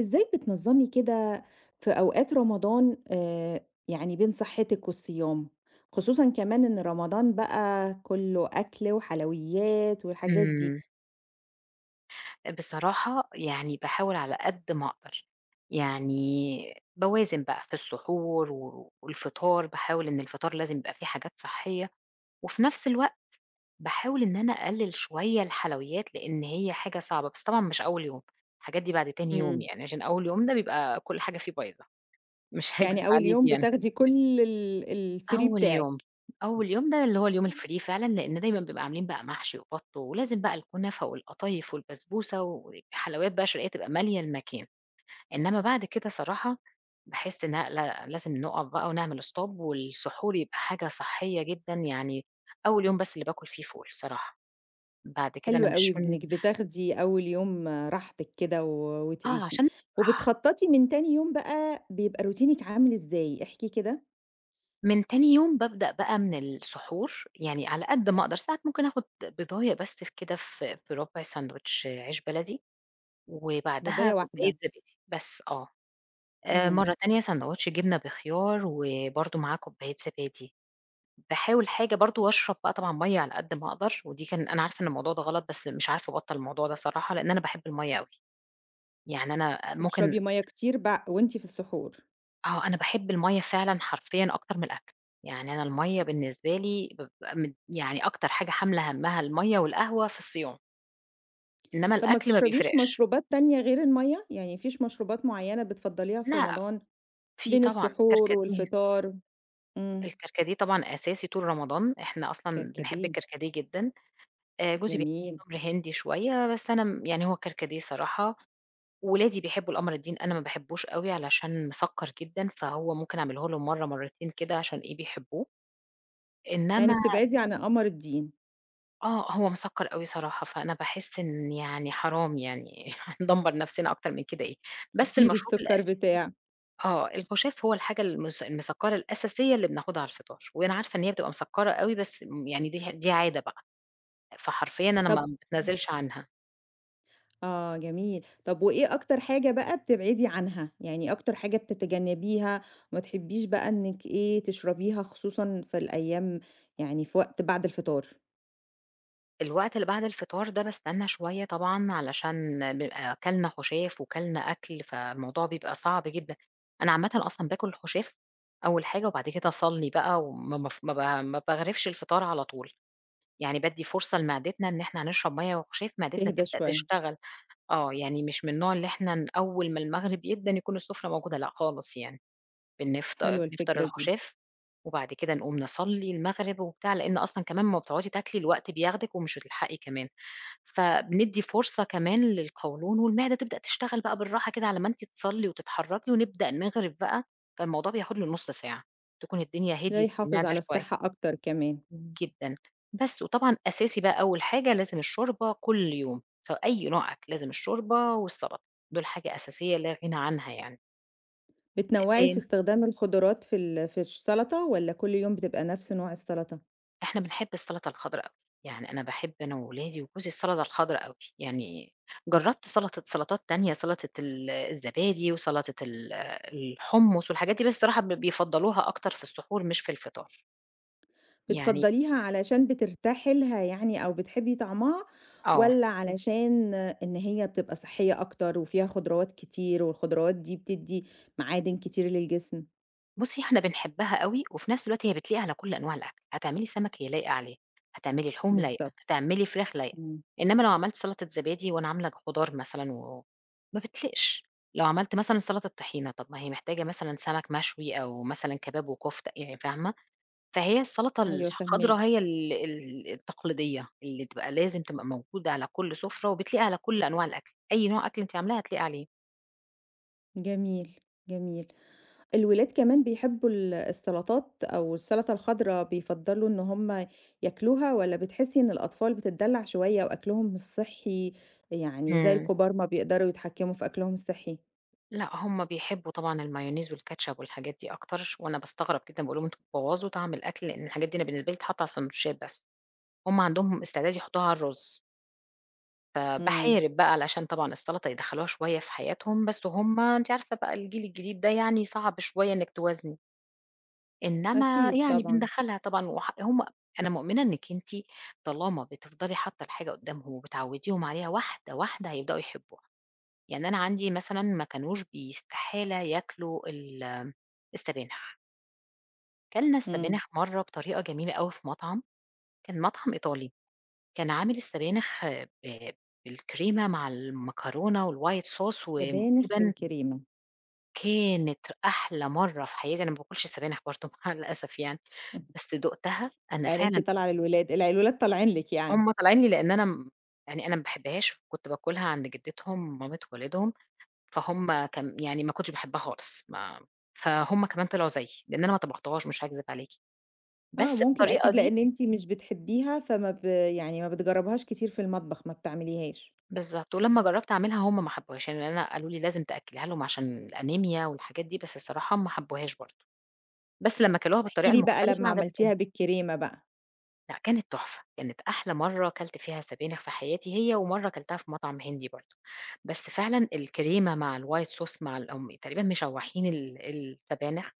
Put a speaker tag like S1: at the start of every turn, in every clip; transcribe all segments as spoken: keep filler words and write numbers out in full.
S1: إزاي بتنظّمي كده في أوقات رمضان آآ، يعني بين صحتِك والصيام؟ خصوصًا كمان إن رمضان بقى كُلّه أكل وحلويات والحاجات دي.
S2: إمم. بصراحة يعني باحاول على قد ما أقدر، يعني باوازن بقى في السحور و والفطار، باحاول إن الفطار لازم يبقى فيه حاجات صحية، وفي نفس الوقت باحاول إن أنا أقلل شوية الحلويات، لإن هي حاجة صعبة، بس طبعًا مش أول يوم، الحاجات دي بعد تاني يوم
S1: إمم.
S2: يعني، عشان أول يوم ده بيبقى كل حاجة فيه بايظة، مش هاكذب
S1: يعني أول
S2: عليكِ
S1: يوم
S2: يعني.
S1: بتاخدي كل ال الfree
S2: أول يوم،
S1: بتاعِك.
S2: أول يوم ده اللي هو اليوم الfree فعلًا، لإن دايمًا بيبقى عاملين بقى محشي وبَط، ولازم بقى الكنافة والقطايف والبسبوسة، وحلويات بقى شرقية تبقى مالية المكان، إنما بعد كده صراحة باحس إن أ لا لازم نُقف بقى ونعمل stop والسحور يبقى حاجة صحية جدًا، يعني أول يوم بس اللي باكل فيه فول صراحة، بعد كده
S1: حلو
S2: أنا
S1: أوي
S2: مش من
S1: إنِّك بتاخدي أول يوم آه، راحتِك كده و
S2: آه
S1: وتعيشي.
S2: عشان أشبع،
S1: وبتخطّطي من تاني يوم بقى بيبقى روتينِك عامل إزاي؟ احكي كده.
S2: من تاني يوم بابدأ بقى من السحور، يعني على قد ما أقدر، ساعات ممكن آخد بيضاية بس في كده في في ربع ساندوتش عيش بلدي. وبعدها
S1: بداية
S2: كوباية
S1: واحدة.
S2: زبادي بس آه. آآ
S1: إمم.
S2: مرّة تانية ساندوتش جبنة بخيار وبرضه معاه كوباية زبادي. باحاول حاجة برضه واشرب بقى طبعًا مَيّة على قد ما أقدر، ودي كان أنا عارفة إن الموضوع ده غلط، بس مش عارفة أبطّل الموضوع ده صراحة، لإن أنا باحب المَيّة أوي. يعني أنا ممكن
S1: بتشربي مَيّة كتير بع وأنتِ في السحور.
S2: آه، أنا باحب المَيّة فعلًا حرفيًا أكتر من الأكل. يعني أنا المَيّة بالنسبة لي بابقى مد يعني أكتر حاجة حاملة هَمّها المَيّة والقهوة في الصيام، إنّما
S1: طب ما
S2: الأكل ما
S1: بتشربيش
S2: بيفرقش.
S1: مشروبات تانية غير المَيّة؟ يعني ما فيش مشروبات معيّنة بتفضّليها في
S2: لأ،
S1: رمضان
S2: في
S1: بين
S2: طبعًا
S1: السحور
S2: الكركديه.
S1: والفطار؟ إمم.
S2: الكركديه طبعًا أساسي طول رمضان، إحنا أصلًا بنحب
S1: كركديه.
S2: الكركديه جدًا، آآ جوزي بيحب
S1: جميل.
S2: الأمر هندي شوية، بس أنا م يعني هو الكركديه صراحة، ولادي بيحبوا القمر الدين، أنا ما باحبوش أوي علشان مسكّر جدًا، فهو ممكن أعمله لهم مرّة، مرّتين كده عشان إيه، بيحبوه،
S1: يعني
S2: إنما
S1: بتبعدي عن قمر الدين.
S2: آه، هو مسكّر أوي صراحة، فأنا باحس إن يعني حرام يعني هندمّر نَفْسنا أكتر من كده إيه، بس
S1: كتير
S2: المشروب
S1: السُكّر
S2: الأساسي
S1: بتاع.
S2: آه، الخُشاف هو الحاجة المس المسكّرة الأساسية اللي بناخدها على الفطار، وأنا عارفة إن هي بتبقى مسكّرة أوي، بس م يعني دي ح دي عادة بقى. فحرفيًا أنا ما
S1: طب،
S2: باتنازلش عنها.
S1: آه، جميل. طب وإيه أكتر حاجة بقى بتبعدي عنها؟ يعني أكتر حاجة بتتجنّبيها وما تحبّيش بقى إنِّك إيه، تشربيها خصوصًا في الأيام، يعني في وقت بعد الفطار.
S2: الوقت اللي بعد الفطار ده باستنى شوية طبعًا علشان بيبقى كَلنا خُشاف وكَلنا أكل، فالموضوع بيبقى صعب جدًا. أنا عامةً أصلًا باكل الخُشاف أول حاجة وبعد كده أصلّي بقى وما مف ما ب ما باغرفش الفطار على طول، يعني بادّي فرصة لمعدتنا إن إحنا هنشرب مَيّة وخُشاف، معدتنا
S1: تهدى
S2: تبدأ
S1: شوية.
S2: تشتغل. آه، يعني مش من النوع اللي إحنا ن أول ما المغرب يدَّن يكون السُفرة موجودة، لأ خالص يعني. بنفط
S1: حلوة
S2: بنفطر
S1: الفكرة دي.
S2: العشاء، وبعد كده نقوم نصلّي المغرب وبتاع، لإن أصلًا كمان أمّا بتقعدي تاكلي الوقت بياخدِك ومش هتلحقي كمان، فبندّي فرصة كمان للقولون والمعدة تبدأ تشتغل بقى بالراحة كده على ما أنتِ تصلّي وتتحرّكي ونبدأ نغرِف بقى، فالموضوع بياخد له نُص ساعة، تكون الدنيا
S1: ده
S2: هديت في
S1: يحافظ
S2: المعدة
S1: على
S2: شوية،
S1: الصحّة أكتر كمان.
S2: جدًا، بس وطبعًا أساسي بقى أول حاجة لازم الشوربة كل يوم، سواء أي نوع أكل لازم الشوربة والسلطة، دول حاجة أساسية لا غنى عنها يعني.
S1: بتنوّعي
S2: آآ
S1: في استخدام الخضروات في ال في السلطة والّا كل يوم بتبقى نفس نوع السلطة؟
S2: إحنا بنحب السلطة الخضرا أوي، يعني أنا باحب أنا وولادي وجوزي السلطة الخضرا أوي، يعني جرّبت سلطة سلطات تانية، سلطة ال الزبادي وسلطة ال الحمص والحاجات دي، بس الصراحة ب بيفضّلوها أكتر في السحور مش في الفطار، يعني
S1: بتفضّليها علشان بترتاحي لها يعني أو بتحبّي طعمها
S2: آه.
S1: والّا علشان إن هي بتبقى صحّية أكتر وفيها خضروات كتير والخضروات دي بتدّي معادن كتير للجسم؟
S2: بُصّي، إحنا بنحبها أوي، وفي نفس الوقت هي بتليق على كل أنواع الأكل، هتعملي سمك هي لايقة عليه، هتعملي لحوم لايقة،
S1: بالضبط.
S2: هتعملي فراخ لايقة،
S1: إمم.
S2: إنما لو عملت سلطة زبادي وأنا عاملة خضار مثلًا و ما بتليقش، لو عملت مثلًا سلطة طحينة، طب ما هي محتاجة مثلًا سمك مشوي أو مثلًا كباب وكفتة يعني فاهمة؟ فهي السلطة
S1: أيوه، فاهماكِ.
S2: الخضرا هي ال ال التقليدية اللي تبقى لازم تبقى موجودة على كل سُفرة، وبتليق على كل أنواع الأكل، أي نوع أكل أنتِ عاملاه هتليق عليه.
S1: جميل. جميل. الولاد كمان بيحبوا ال السلطات أو السلطة الخضرا، بيفضّلوا إن هم ياكلوها والّا بتحسّي إن الأطفال بتتدلّع شوية وأكلهم مش صحّي، يعني زي
S2: إمم.
S1: الكبار ما بيقدروا يتحكموا في أكلهم الصحّي؟
S2: لأ، هُم بيحبّوا طبعًا المايونيز والكاتشب والحاجات دي أكتر، وأنا باستغرب جدًا باقول لهم: "أنتم بتبوّظوا طعم الأكل." لإن الحاجات دي أنا بالنسبة لي تتحط على الساندوتشات بس، هُم عندهم استعداد يحطّوها على الرز،
S1: إمم.
S2: فباحارب بقى علشان طبعًا السلطة يدخّلوها شوية في حياتهم، بس هُم أنتِ عارفة بقى الجيل الجديد ده يعني صعب شوية إنِّك توازني، إنّما
S1: أكيد
S2: يعني
S1: طبعًا.
S2: بندخّلها طبعًا وح هُم أنا مؤمنة إنِّك أنتِ طالما بتفضلي حاطّة الحاجة قدّامهم وبتعوّديهم عليها واحدة، واحدة هيبدؤوا يحبوها. يعني أنا عندي مثلًا ما كانوش بي استحالة ياكلوا ال السبانخ، كلنا
S1: إمم.
S2: السبانخ مرّة بطريقة جميلة أوي في مطعم، كان مطعم إيطالي، كان عامل السبانخ آه، ب بالكريمة مع المكرونة والwhite sauce
S1: سبانخ
S2: وتقريبًا
S1: بالكريمة.
S2: كانت أحلى مرّة في حياتي، أنا ما باكلش السبانخ برضه مع الأسف يعني، بس دُقتها أنا
S1: يعني أنتِ
S2: فعلًا.
S1: طالعة للولاد، الع الولاد طالعين لِك يعني.
S2: هُم طالعين لي لإن أنا م يعني أنا ما باحبهاش، كنت باكلها عند جدتهم مامة والدهم. فهُم كان يعني ما كنتش باحبها خالص، ما فهُم كمان طلعوا زيي، لإن أنا ما طبختهاش مش هاكذب عليكِ،
S1: آه،
S2: بس
S1: ممكن
S2: الطريقة
S1: أكيد
S2: دي
S1: لإن أنتِ مش بتحبّيها فما ب يعني ما بتجرّبيهاش كتير في المطبخ، ما بتعمليهاش.
S2: بالضبط، ولمّا جرّبت أعملها هُم ما حبوهاش، يعني أنا قالوا لي لازم تأكّليها لهم عشان الأنيميا والحاجات دي، بس الصراحة ما حبوهاش برضه، بس لمّا كلوها
S1: احكي
S2: بالطريقة
S1: لي بقى
S2: المختلفة
S1: لمّا عملتيها
S2: عجبتهم.
S1: بالكريمة بقى.
S2: لأ كانت تحفة، كانت أحلى مرّة كلت فيها سبانخ في حياتي هي، ومرّة كلتها في مطعم هندي برضه، بس فعلًا الكريمة مع الwhite sauce مع ال هُم تقريبًا مشوّحين ال السبانخ،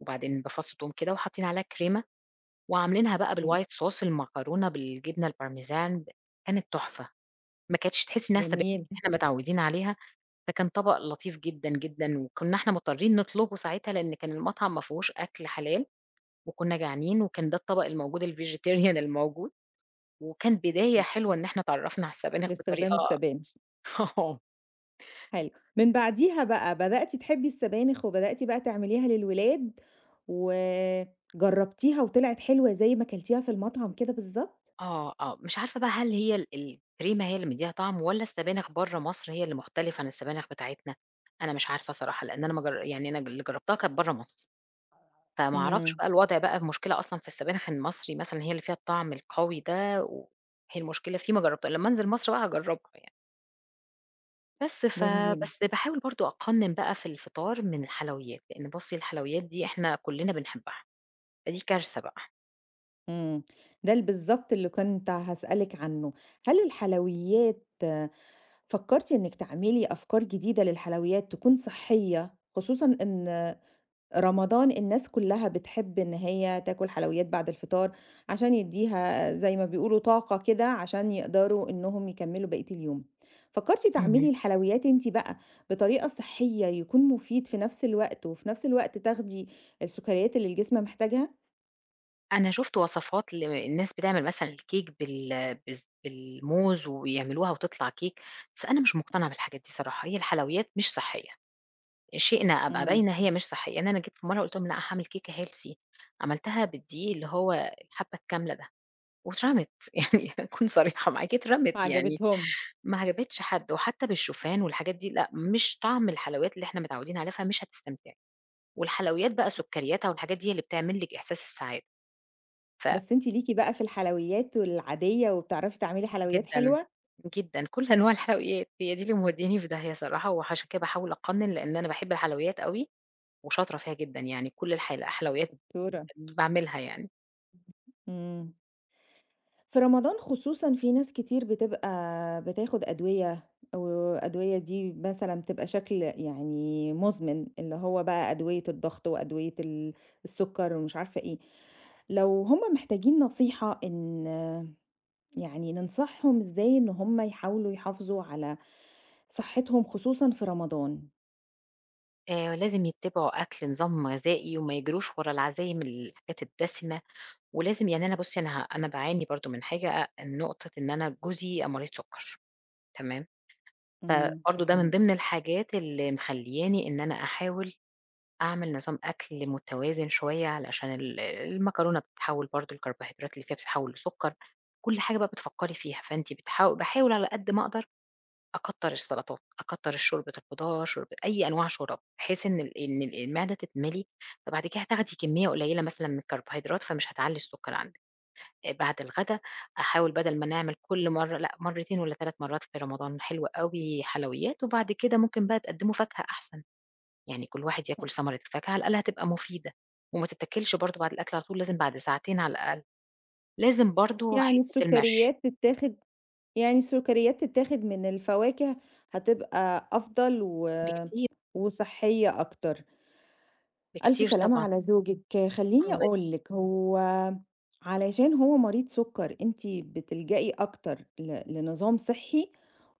S2: وبعدين بفص توم كده وحاطين عليها الكريمة وعاملينها بقى
S1: إمم.
S2: بالwhite sauce المكرونة بالجبنة البارميزان، ب كانت تحفة، ما كانتش تحسّي إنها سبايك.
S1: جميل.
S2: إحنا متعوّدين عليها، فكان طبق لطيف جدًا، جدًا، وكُنّا إحنا مضطرين نطلبه ساعتها لإن كان المطعم ما فيهوش أكل حلال، وكُنّا جعانين وكان ده الطبق الموجود الvegetarian الموجود، وكان بداية حلوة إن إحنا اتعرّفنا على السبانخ
S1: لاستخدام
S2: بطريقة
S1: السبانخ.
S2: آه،
S1: حلو. من بعديها بقى بدأتِ تحبّي السبانخ وبدأتِ بقى تعمليها للولاد، وجرّبتيها وطلعت حلوة زي ما كلتيها في المطعم كده بالضبط؟
S2: آه، آه، مش عارفة بقى هل هي ال الكريمة هي اللي مدّياها طعم والّا السبانخ برّه مصر هي اللي مختلفة عن السبانخ بتاعتنا؟ أنا مش عارفة صراحة، لإن أنا ما جر يعني أنا اللي جرّبتها كانت برّه مصر. فما أعرفش
S1: إمم.
S2: بقى الوضع بقى المشكلة أصلًا في السبانخ المصري مثلًا هي اللي فيها الطعم القوي ده، وهي المشكلة فيه ما جرّبت لمّا أنزل مصر بقى هاجرّبها يعني. بس ف
S1: جميل.
S2: بس باحاول برضه أقنّن بقى في الفطار من الحلويات، لإن بُصّي الحلويات دي إحنا كُلّنا بنحبها، فدي كارثة بقى.
S1: إمم. ده ال بالضبط اللي كنت هاسألِك عنه. هل الحلويات فكّرتِ إنِّك تعملي أفكار جديدة للحلويات تكون صحّية، خصوصًا إن رمضان الناس كلها بتحب إن هي تاكل حلويات بعد الفطار عشان يدّيها زي ما بيقولوا طاقة كده عشان يقدروا إنهم يكمّلوا بقية اليوم. فكّرتِ
S2: اهم.
S1: تعملي الحلويات أنتِ بقى بطريقة صحّية يكون مفيد في نفس الوقت، وفي نفس الوقت تاخدي السكريات اللي الجسم محتاجها؟
S2: أنا شُفت وصفات للناس بتعمل مثلًا الكيك بال بالز بالموز ويعملوها وتطلع كيك، بس أنا مش مقتنعة بالحاجات دي صراحة، هي الحلويات مش صحّية. شئنا أبقى
S1: إمم.
S2: باينة هي مش صحية، يعني أنا جيت في مرّة قُلت لهم: "لأ هاعمل كيكة healthy." عملتها بالدقيق اللي هو الحبّة الكاملة ده واترمت، يعني أكون صريحة معاك
S1: ما
S2: اترمت، يعني
S1: عجبتهمش.
S2: ما عجبتش حد، وحتى بالشوفان والحاجات دي لأ، مش طعم الحلويات اللي إحنا متعودين عليها، فمش هتستمتعي، والحلويات بقى سُكّرياتها والحاجات دي هي اللي بتعمل لِك إحساس السعادة، ف
S1: بس أنتِ ليكِ بقى في الحلويات العادية وبتعرفي تعملي حلويات
S2: جدًا،
S1: حلوة؟
S2: جدًا، كل أنواع الحلويات، هي دي اللي مودّياني في داهية صراحة، وعشان كده باحاول أقنّن لإن أنا باحب الحلويات أوي وشاطرة فيها جدًا يعني كل الحل الحلويات
S1: شطورة.
S2: باعملها يعني.
S1: إمم. في رمضان خصوصًا في ناس كتير بتبقى بتاخد أدوية، والأدوية دي مثلًا بتبقى شكل يعني مزمن، اللي هو بقى أدوية الضغط وأدوية ال السكر ومش عارفة إيه، لو هم محتاجين نصيحة إن يعني ننصحهم إزاي إن هم يحاولوا يحافظوا على صحتهم خصوصًا في رمضان؟
S2: آآ لازم يتّبعوا أكل نظام غذائي وما يجروش ورا العزايم الحاجات الدسمة، ولازم يعني أنا بُصّي أنا ه أنا باعاني برضه من حاجة نقطة إن أنا جوزي مريض سُكّر تمام،
S1: إمم.
S2: فبرضه
S1: شوفي
S2: ده من
S1: امم.
S2: ضمن الحاجات اللي مخلّياني إن أنا أحاول أعمل نظام أكل متوازن شوية علشان ال المكرونة بتتحوّل برضه الكربوهيدرات اللي فيها بتتحوّل لسُكّر، كل حاجة بقى بتفكّري فيها، فأنتِ بتحاو باحاول على قد ما أقدر أكتّر السلطات، أكتّر شوربة الخضار، شوربة أي أنواع شورَب، بحيث إن ال إن ال المعدة تتملي، فبعد كده هتاخدي كمية قليّلة مثلًا من الكربوهيدرات، فمش هتعلّي السُكّر عندِك. آآ بعد الغدا أحاول بدل ما نعمل كل مرّة لأ، مرّتين والّا تلات مرّات في رمضان حلو أوي حلويات، وبعد كده ممكن بقى تقدّموا فاكهة أحسن، يعني كل واحد ياكل ثمرة الفاكهة، على الأقل هتبقى مفيدة، وما تتاكلش برضه بعد الأكل على طول، لازم بعد ساعتين على الأقل. لازم برضه
S1: يعني
S2: حتّة المَشي،
S1: السكريات تتاخد يعني السكريات تتاخد من الفواكه هتبقى أفضل و
S2: بكتير،
S1: وصحية أكتر. ألف
S2: بكتير
S1: سلامة
S2: طبعًا.
S1: على زوجِك. خلّيني أقول لِك، هو علشان هو مريض سُكّر أنتِ بتلجئي أكتر ل لنظام صحّي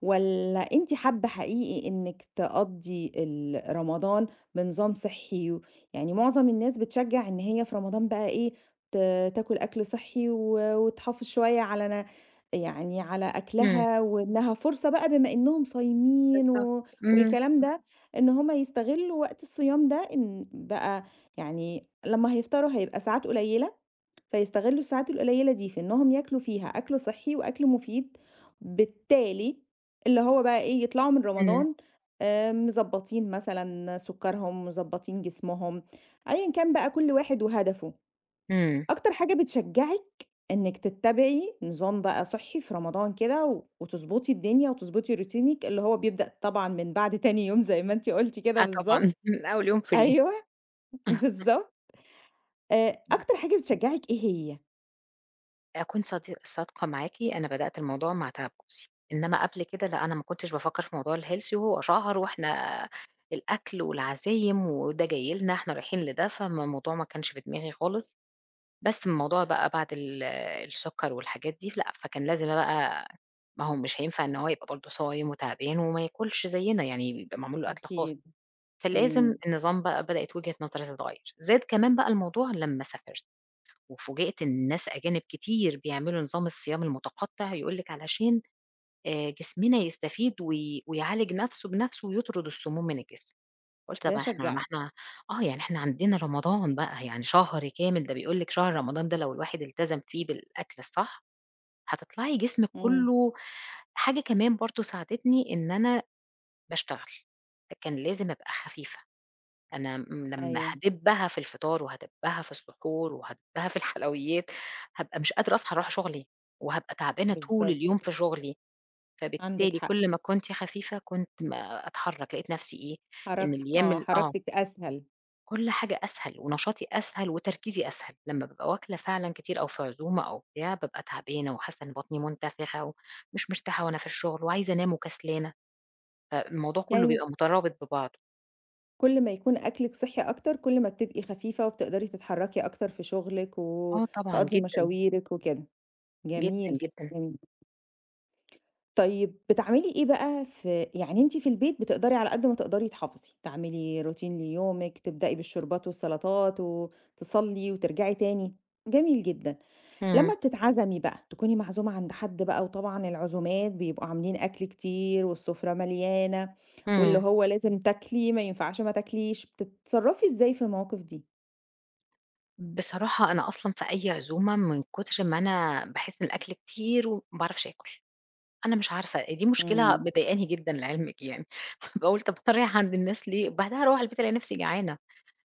S1: والّا أنتِ حابة حقيقي إنِّك تقضّي ال رمضان بنظام صحّي؟ و- يعني معظم الناس بتشجّع إن هي في رمضان بقى إيه، ت تاكل أكل صحّي و وتحافظ شوية على ن يعني على
S2: إمم،
S1: أكلها وإنها فرصة بقى بما إنّهم صايمين،
S2: بالضبط.
S1: و
S2: إمم.
S1: والكلام ده، إن هم يستغلّوا وقت الصيام ده إن بقى يعني لمّا هيفطروا هيبقى ساعات قليّلة، فيستغلّوا الساعات القليّلة دي في إنّهم ياكلوا فيها أكل صحّي وأكل مفيد، بالتالي اللي هو بقى إيه، يطلعوا من
S2: إمم،
S1: رمضان آآ مضبّطين مثلًا سُكّرهم، مضبّطين جسمهم، أيًا كان بقى كل واحد وهدفه.
S2: إمم.
S1: أكتر حاجة بتشجّعِك إنِّك تتّبعي نظام بقى صحّي في رمضان كده و وتضبطي الدنيا وتضبطي روتينِك اللي هو بيبدأ طبعًا من بعد تاني يوم زي ما أنتِ قُلتِ كده
S2: آه طبعًا،
S1: بالضبط.
S2: من أول يوم free.
S1: أيوه بالضبط. آآ
S2: ب
S1: أكتر حاجة بتشجّعِك إيه هي؟
S2: أكون صدي صادقة معاكِ، أنا بدأت الموضوع مع تعب جوزي، إنما قبل كده لأ، أنا ما كنتش بافكّر في موضوع الhealthy وهو شهر وإحنا الأكل والعزايم وده جاي لنا، إحنا رايحين لده، فما الموضوع ما كانش في دماغي خالص، بس الموضوع بقى بعد ال السُكّر والحاجات دي لأ، فكان لازم بقى ما هو مش هينفع إن هو يبقى برضه صايم وتعبان وما ياكلش زيّنا، يعني بيبقى معمول له أكل خاص.
S1: أكيد.
S2: فلازم
S1: إمم.
S2: النظام بقى بدأت وجهة نظري تتغيّر، زاد كمان بقى الموضوع لمّا سافرت، وفوجئت إن ناس أجانب كتير بيعملوا نظام الصيام المتقطع، يقول لِك علشان آآ جسمنا يستفيد وي ويعالج نَفْسه بنَفْسه ويطرد السموم من الجسم، قُلت
S1: ده
S2: طَب إحنا ما
S1: شجّعِك.
S2: إحنا آه، يعني إحنا عندنا رمضان بقى يعني شهر كامل، ده بيقول لِك شهر رمضان ده لو الواحد التزم فيه بالأكل الصح، هتطلعي جسمِك
S1: إمم.
S2: كُلّه حاجة كمان برضه ساعدتني إن أنا باشتغل، فكان لازم أبقى خفيفة. أنا م لمّا
S1: أيوه
S2: هادبّها في الفطار وهادبّها في السحور وهادبّها في الحلويات، هابقى مش قادرة أصحى أروح شغلي، وهابقى تعبانة طول
S1: بالضبط،
S2: اليوم في شغلي،
S1: عندِك
S2: فبالتالي
S1: حق.
S2: كل ما كنت خفيفة كنت ما أتحرّك، لقيت نفسي إيه،
S1: حرك
S2: إن الأيام
S1: آه،
S2: ال آه،
S1: حركتِك أسهل.
S2: كل حاجة أسهل ونشاطي أسهل وتركيزي أسهل، لمّا بابقى واكلة فعلًا كتير أو في عزومة أو بتاع، بابقى تعبانة وحاسة إن بطني منتفخة ومش مرتاحة وأنا في الشغل وعايزة أنام وكسلانة، فالموضوع كله
S1: يعني
S2: بيبقى مترابط ببعضه.
S1: كل ما يكون أكلِك صحّي أكتر، كل ما بتبقي خفيفة وبتقدري تتحرّكي أكتر في شغلِك
S2: آه طبعًا،
S1: وتقضّي
S2: جدًا،
S1: مشاويرِك وكده.
S2: جدًا،
S1: جميل،
S2: جدًا.
S1: جميل. طيب بتعملي إيه بقى في يعني أنتِ في البيت بتقدري على قد ما تقدري تحافظي، تعملي روتين ليومِك، تبدئي بالشوربات والسلطات وتصلّي وترجعي تاني. جميل جدًا.
S2: إمم.
S1: لمّا بتتعزمي بقى، تكوني معزومة عند حد بقى وطبعًا العزومات بيبقوا عاملين أكل كتير والسفرة مليانة واللي
S2: إمم.
S1: هو لازم تاكلي، ما ينفعش ما تاكليش، بتتصرّفي إزاي في المواقف دي؟
S2: بصراحة أنا أصلًا في أي عزومة من كتر ما أنا باحس إن الأكل كتير وما باعرفش آكل، أنا مش عارفة دي مشكلة
S1: إمم.
S2: مضايقاني جدًا لعلمِك يعني، باقول طب أتريّح عند الناس ليه؟ بعدها أروّح البيت ألاقي نفسي جعانة،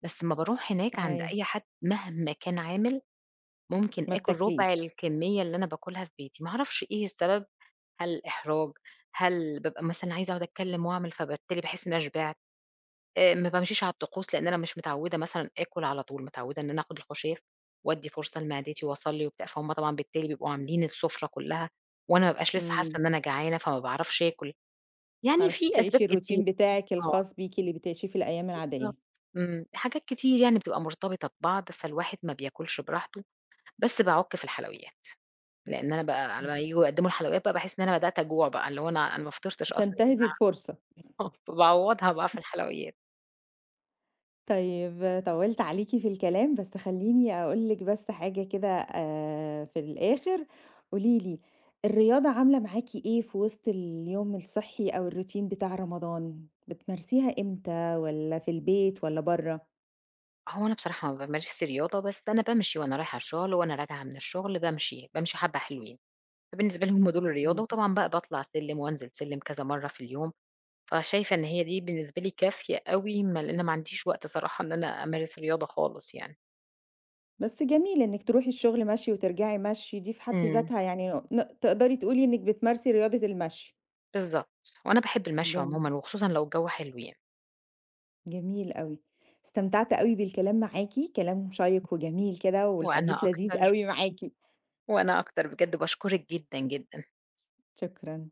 S2: بس أمّا باروح هناك عند
S1: أيوه.
S2: أي حد مهما كان عامل، ممكن
S1: ما
S2: آكل ربع
S1: بتاكليش.
S2: الكمية اللي أنا باكلها في بيتي، ما أعرفش إيه السبب، هل إحراج، هل بابقى مثلًا عايزة أقعد أتكلم وأعمل فبالتالي باحس إن أنا شبعت؟ آآ ما بامشيش على الطقوس، لإن أنا مش متعوّدة مثلًا آكُل على طول، متعوّدة إن أنا آخُد الخُشاف وأدّي فرصة لمعدتي وأصلّي وبتاع، فهُم طبعًا بالتالي بيبقوا عاملين السُفرة كُلّها وأنا ما بابقاش لسّه حاسّة
S1: إمم.
S2: إن أنا جعانة، فما باعرفش آكُل.
S1: ما
S2: يعني
S1: بتعرفيش
S2: في أسباب
S1: تعيشي
S2: كتير
S1: الروتين بتاعِك
S2: آه،
S1: الخاص بيكِ اللي بتعيشيه في الأيام العادية.
S2: بالضبط. إمم. حاجات كتير يعني بتبقى مرتبطة ببعض، فالواحد ما بياكلش براحته، بس باعُك في الحلويات، لإن أنا بقى على ما ييجوا يقدّموا الحلويات بقى باحس إن أنا بدأت أجوع بقى، اللي هو أنا أنا ما فطرتش أصلًا يا
S1: تنتهزي
S2: جماعة،
S1: الفرصة.
S2: فباعوّضها بقى في الحلويات.
S1: طيب طوّلت عليكِ في الكلام، بس خلّيني أقول لِك بس حاجة كده آآ في الآخر، قولي لي الرياضة عاملة معاكِ إيه في وسط اليوم الصحّي أو الروتين بتاع رمضان؟ بتمارسيها إمتى والّا في البيت والّا برّه؟
S2: هو أنا بصراحة ما بامارسش رياضة، بس أنا بامشي وأنا رايحة الشغل، وأنا راجعة من الشغل بامشي، بامشي حبّة حلوين، فبالنسبة لي هُم دول الرياضة،
S1: إمم.
S2: وطبعًا بقى باطلع سلِّم وأنزل سلِّم كذا مرّة في اليوم، فشايفة إن هي دي بالنسبة لي كافية أوي، ما لإن ما عنديش وقت صراحة إن أنا أمارس رياضة خالص يعني.
S1: بس جميل إنِّك تروحي الشغل مشي وترجعي مشي، دي في حد
S2: إمم.
S1: ذاتها يعني ن تقدري تقولي إنِّك بتمارسي رياضة المشي.
S2: بالضبط، وأنا باحب المشي
S1: جميل.
S2: عمومًا وخصوصًا لو الجو حلو يعني،
S1: جميل أوي. استمتعت أوي بالكلام معاكِ، كلام شيّق وجميل كده
S2: وأنا
S1: والحديث لذيذ
S2: أكتر
S1: أوي معاكِ.
S2: وأنا أكتر بجد باشكرِك جدًا، جدًا.
S1: شكرًا.